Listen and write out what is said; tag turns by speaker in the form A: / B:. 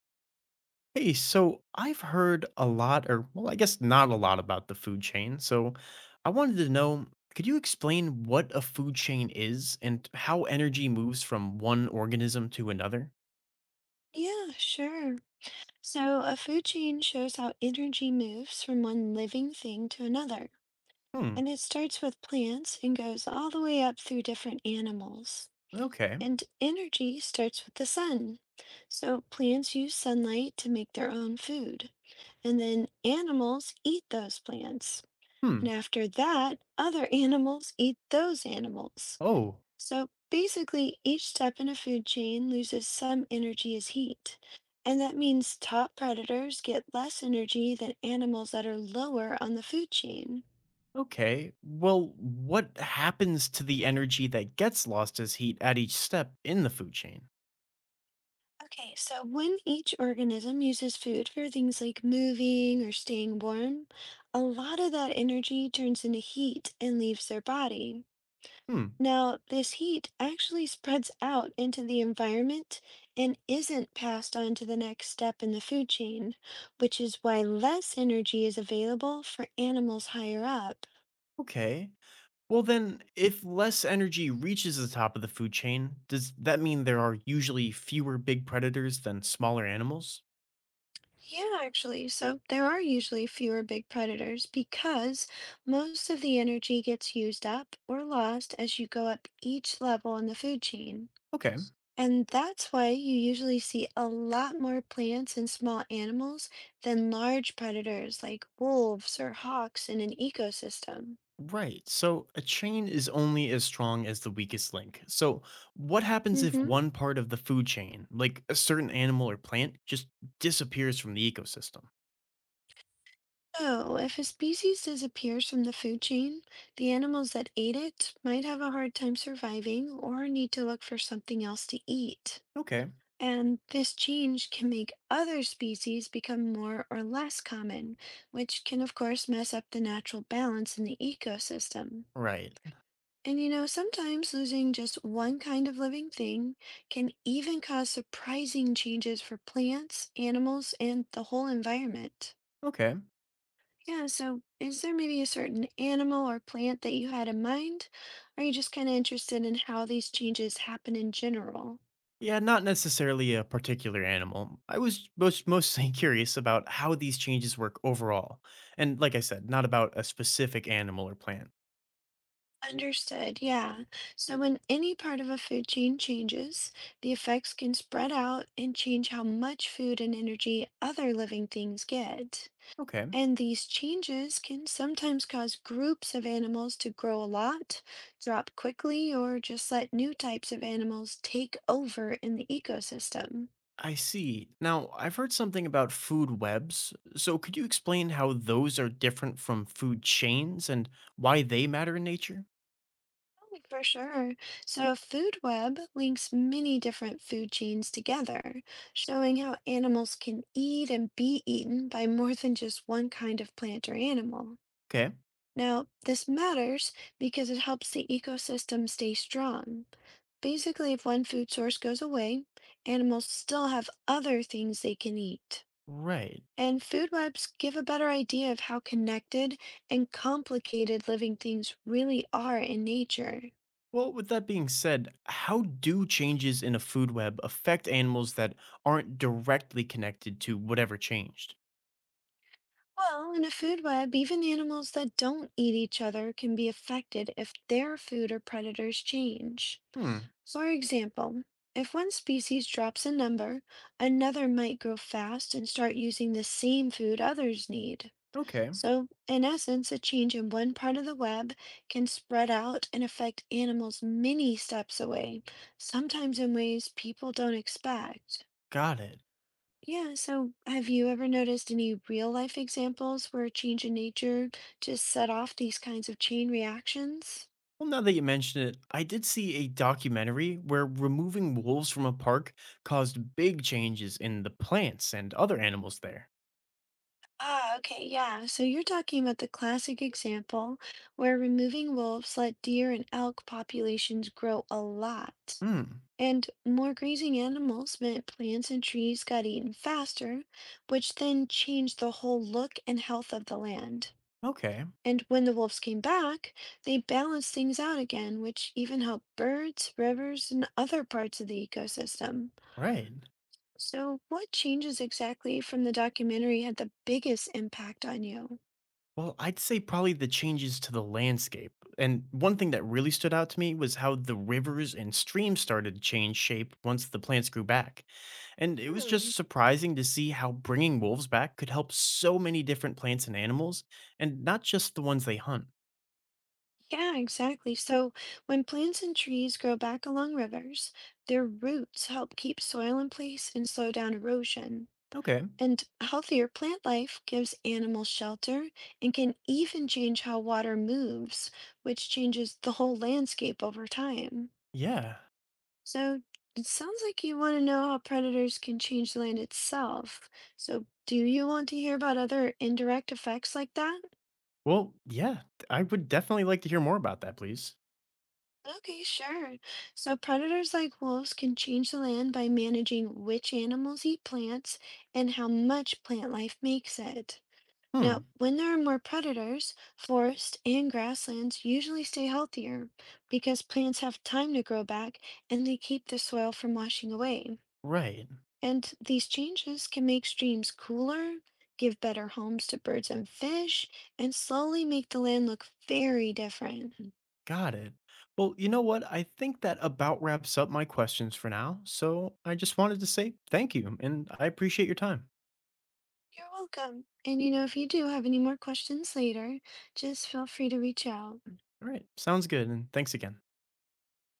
A: Hey, so I've heard a lot, or well, I guess not a lot about the food chain. So I wanted to know, could you explain what a food chain is and how energy moves from one organism to another?
B: Yeah, sure. So a food chain shows how energy moves from one living thing to another.
A: Hmm.
B: And it starts with plants and goes all the way up through different animals.
A: Okay.
B: And energy starts with the sun. So plants use sunlight to make their own food. And then animals eat those plants.
A: Hmm.
B: And after that, other animals eat those animals.
A: Oh,
B: So basically, each step in a food chain loses some energy as heat. And that means top predators get less energy than animals that are lower on the food chain.
A: okay. Well, what happens to the energy that gets lost as heat at each step in the food chain?
B: Okay, so when each organism uses food for things like moving or staying warm, a lot of that energy turns into heat and leaves their body.
A: Hmm.
B: Now, this heat actually spreads out into the environment and isn't passed on to the next step in the food chain, which is why less energy is available for animals higher up.
A: Okay. Well, then, if less energy reaches the top of the food chain, does that mean there are usually fewer big predators than smaller animals?
B: Yeah, actually, so there are usually fewer big predators because most of the energy gets used up or lost as you go up each level in the food chain.
A: Okay,
B: And that's why you usually see a lot more plants and small animals than large predators like wolves or hawks in an ecosystem.
A: right. So a chain is only as strong as the weakest link. So, what happens if
B: Hmm.
A: one part of the food chain, like a certain animal or plant, just disappears from the ecosystem?
B: So, if a species disappears from the food chain, the animals that ate it might have a hard time surviving or need to look for something else to eat.
A: Okay,
B: And this change can make other species become more or less common, which can, of course, mess up the natural balance in the ecosystem.
A: right.
B: And you know, sometimes losing just one kind of living thing can even cause surprising changes for plants, animals, and the whole environment.
A: Okay.
B: Yeah, so is there maybe a certain animal or plant that you had in mind? Or are you just kind of interested in how these changes happen in general?
A: Yeah, not necessarily a particular animal. I was mostly curious about how these changes work overall. And like I said, not about a specific animal or plant.
B: Understood, yeah. So when any part of a food chain changes, the effects can spread out and change how much food and energy other living things get.
A: Okay,
B: And these changes can sometimes cause groups of animals to grow a lot, drop quickly, or just let new types of animals take over in the ecosystem.
A: I see. Now, I've heard something about food webs. So could you explain how those are different from food chains and why they matter in nature?
B: Oh, for sure. So a food web links many different food chains together, showing how animals can eat and be eaten by more than just one kind of plant or animal.
A: Okay,
B: Now, this matters because it helps the ecosystem stay strong. Basically, if one food source goes away, animals still have other things they can eat.
A: right.
B: And food webs give a better idea of how connected and complicated living things really are in nature.
A: Well, with that being said, how do changes in a food web affect animals that aren't directly connected to whatever changed?
B: Well, in a food web, even animals that don't eat each other can be affected if their food or predators change.
A: Hmm,
B: For example, if one species drops a number, another might grow fast and start using the same food others need.
A: okay.
B: So, in essence, a change in one part of the web can spread out and affect animals many steps away, sometimes in ways people don't expect.
A: Got it.
B: Yeah, so have you ever noticed any real life examples where a change in nature just set off these kinds of chain reactions?
A: Well, now that you mention it, I did see a documentary where removing wolves from a park caused big changes in the plants and other animals there.
B: Ah, okay, yeah. So you're talking about the classic example where removing wolves let deer and elk populations grow a lot.
A: Hmm.
B: And more grazing animals meant plants and trees got eaten faster, which then changed the whole look and health of the land.
A: Okay.
B: And when the wolves came back, they balanced things out again, which even helped birds, rivers, and other parts of the ecosystem.
A: Right.
B: So, what changes exactly from the documentary had the biggest impact on you?
A: Well, I'd say probably the changes to the landscape. And one thing that really stood out to me was how the rivers and streams started to change shape once the plants grew back. And it was
B: Hmm.
A: just surprising to see how bringing wolves back could help so many different plants and animals, and not just the ones they hunt.
B: Yeah, exactly. So when plants and trees grow back along rivers, their roots help keep soil in place and slow down erosion.
A: Okay.
B: And healthier plant life gives animals shelter and can even change how water moves, which changes the whole landscape over time.
A: Yeah.
B: So it sounds like you want to know how predators can change the land itself. So do you want to hear about other indirect effects like that?
A: Well, yeah, I would definitely like to hear more about that, please.
B: Okay, sure. So predators like wolves can change the land by managing which animals eat plants and how much plant life makes it.
A: Hmm,
B: Now, when there are more predators, forest and grasslands usually stay healthier because plants have time to grow back and they keep the soil from washing away.
A: right.
B: And these changes can make streams cooler, give better homes to birds and fish, and slowly make the land look very different.
A: Got it. Well, you know what? I think that about wraps up my questions for now. So I just wanted to say thank you and I appreciate your time.
B: You're welcome. And you know, if you do have any more questions later, just feel free to reach out.
A: All right. Sounds good. And thanks again.